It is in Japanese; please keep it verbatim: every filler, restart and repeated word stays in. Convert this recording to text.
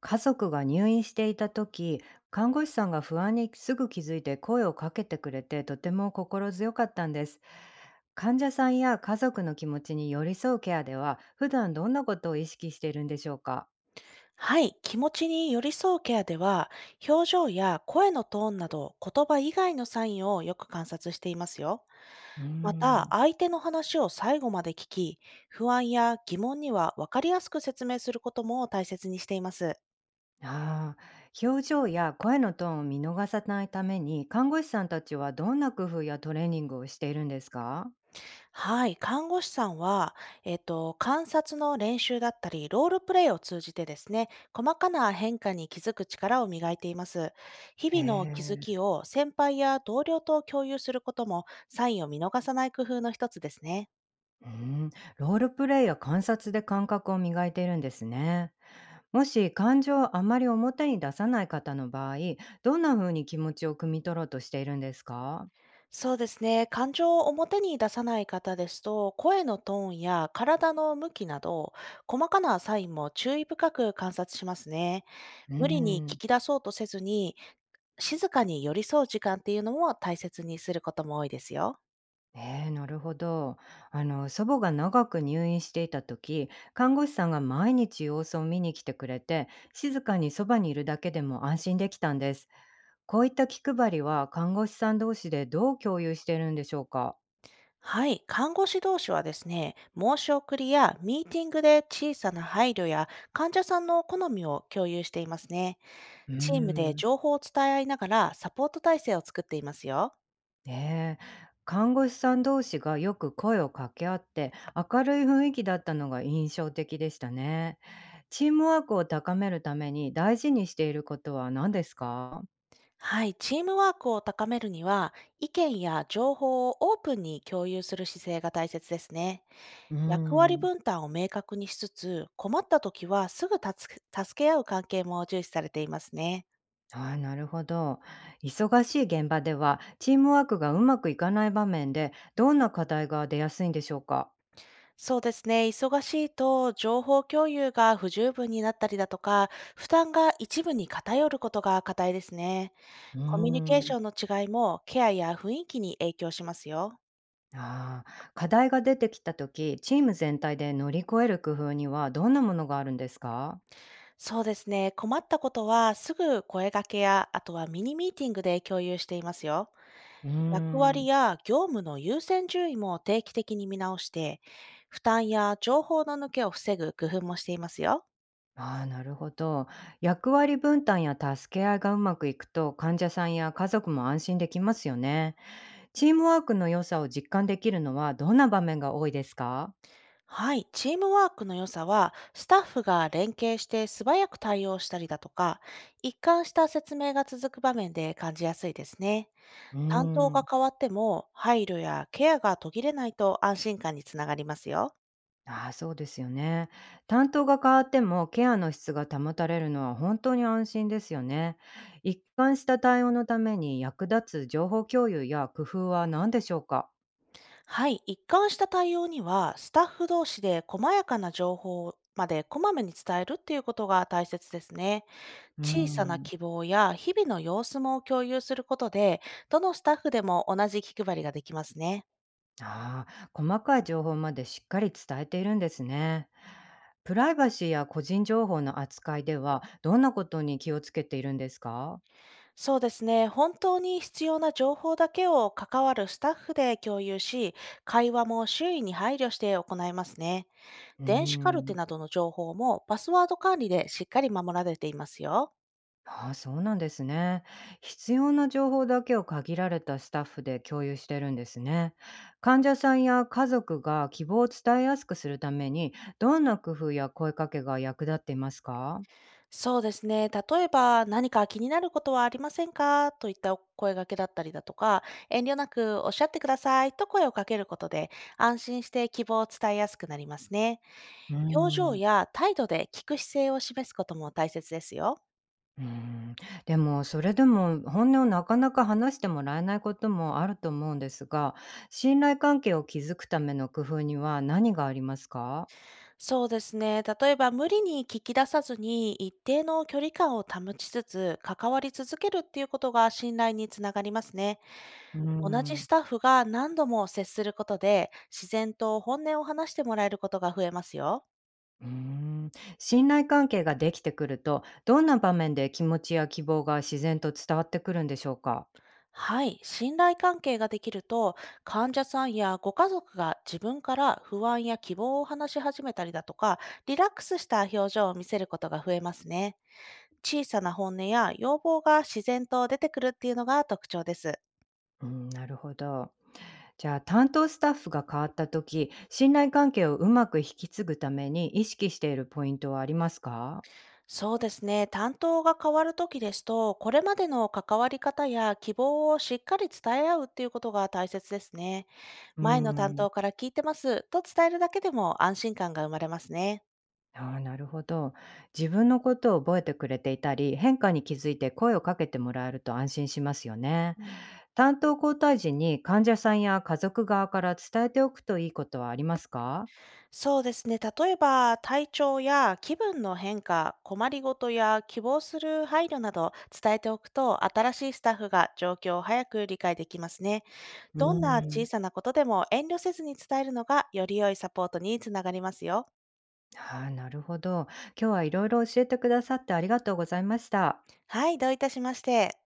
家族が入院していた時、看護師さんが不安にすぐ気づいて声をかけてくれて、とても心強かったんです。患者さんや家族の気持ちに寄り添うケアでは、普段どんなことを意識しているんでしょうか？はい、気持ちに寄り添うケアでは、表情や声のトーンなど、言葉以外のサインをよく観察していますよ。うーまた、ん、相手の話を最後まで聞き、不安や疑問には分かりやすく説明することも大切にしています。ああ、表情や声のトーンを見逃さないために、看護師さんたちはどんな工夫やトレーニングをしているんですか？はい、看護師さんは、えっと、観察の練習だったり、ロールプレイを通じてですね、細かな変化に気づく力を磨いています。へ日々の気づえ、きを先輩や同僚と共有することも、サインを見逃さない工夫の一つですね。うん、ロールプレイや観察で感覚を磨いているんですね。もし感情をあまり表に出さない方の場合、どんな風に気持ちを汲み取ろうとしているんですか？そうですね、感情を表に出さない方ですと、声のトーンや体の向きなど、細かなサインも注意深く観察しますね。うー無理に聞ん。き出そうとせずに、静かに寄り添う時間っていうのも大切にすることも多いですよ。ええ、なるほど。あの、祖母が長く入院していた時、看護師さんが毎日様子を見に来てくれて、静かにそばにいるだけでも安心できたんです。こういった気配りは看護師さん同士でどう共有しているんでしょうか？はい。看護師同士はですね、申し送りやミーティングで小さな配慮や患者さんの好みを共有していますね。うチームでーん。情報を伝え合いながらサポート体制を作っていますよ。ねえ。看護師さん同士がよく声を掛け合って、明るい雰囲気だったのが印象的でしたね。チームワークを高めるために大事にしていることは何ですか？はい、チームワークを高めるには、意見や情報をオープンに共有する姿勢が大切ですね。うー役割ん。分担を明確にしつつ、困った時はすぐ助け助け合う関係も重視されていますね。ああ、なるほど。忙しい現場では、チームワークがうまくいかない場面で、どんな課題が出やすいんでしょうか？そうですね、忙しいと情報共有が不十分になったりだとか、負担が一部に偏ることが課題ですね。うーコミュニケーシん。ョンの違いもケアや雰囲気に影響しますよ。ああ、課題が出てきたとき、チーム全体で乗り越える工夫にはどんなものがあるんですか？そうですね。困ったことはすぐ声掛けや、あとはミニミーティングで共有していますよ。うー役割ん。や業務の優先順位も定期的に見直して、負担や情報の抜けを防ぐ工夫もしていますよ。ああ、なるほど。役割分担や助け合いがうまくいくと、患者さんや家族も安心できますよね。チームワークの良さを実感できるのはどんな場面が多いですか？はい。チームワークの良さは、スタッフが連携して素早く対応したりだとか、一貫した説明が続く場面で感じやすいですね。うー担当がん。変わっても、配慮やケアが途切れないと安心感につながりますよ。ああ、そうですよね。担当が変わってもケアの質が保たれるのは本当に安心ですよね。一貫した対応のために役立つ情報共有や工夫は何でしょうか？はい、一貫した対応には、スタッフ同士で細やかな情報までこまめに伝えるっていうことが大切ですね。うー小さなん。希望や日々の様子も共有することで、どのスタッフでも同じ気配りができますね。ああ、細かい情報までしっかり伝えているんですね。プライバシーや個人情報の扱いでは、どんなことに気をつけているんですか？そうですね、本当に必要な情報だけを関わるスタッフで共有し、会話も周囲に配慮して行いますね。うー電子カルテん。などの情報もパスワード管理でしっかり守られていますよ。ああ、そうなんですね。必要な情報だけを限られたスタッフで共有してるんですね。患者さんや家族が希望を伝えやすくするために、どんな工夫や声かけが役立っていますか？そうですね。例えば、何か気になることはありませんかといったお声掛けだったりだとか、遠慮なくおっしゃってくださいと声をかけることで、安心して希望を伝えやすくなりますね。うー表情ん。や態度で聞く姿勢を示すことも大切ですよ。うーん、でもそれでも本音をなかなか話してもらえないこともあると思うんですが、信頼関係を築くための工夫には何がありますか？そうですね。例えば、無理に聞き出さずに、一定の距離感を保ちつつ、関わり続けるっていうことが信頼につながりますね。うー同じん。スタッフが何度も接することで、自然と本音を話してもらえることが増えますよ。うーん、信頼関係ができてくると、どんな場面で気持ちや希望が自然と伝わってくるんでしょうか？はい、信頼関係ができると、患者さんやご家族が自分から不安や希望を話し始めたりだとか、リラックスした表情を見せることが増えますね。小さな本音や要望が自然と出てくるっていうのが特徴です。うん、なるほど。じゃあ担当スタッフが変わった時、信頼関係をうまく引き継ぐために意識しているポイントはありますか？そうですね。担当が変わるときですと、これまでの関わり方や希望をしっかり伝え合うっていうことが大切ですね。うー前の担ん。当から聞いてますと伝えるだけでも安心感が生まれますね。ああ、なるほど。自分のことを覚えてくれていたり、変化に気づいて声をかけてもらえると安心しますよね。うん、担当交代時に患者さんや家族側から伝えておくといいことはありますか？そうですね。例えば、体調や気分の変化、困りごとや希望する配慮など伝えておくと、新しいスタッフが状況を早く理解できますね。うーどんな小ん。さなことでも遠慮せずに伝えるのが、より良いサポートにつながりますよ。ああ、なるほど。今日はいろいろ教えてくださってありがとうございました。はい、どういたしまして。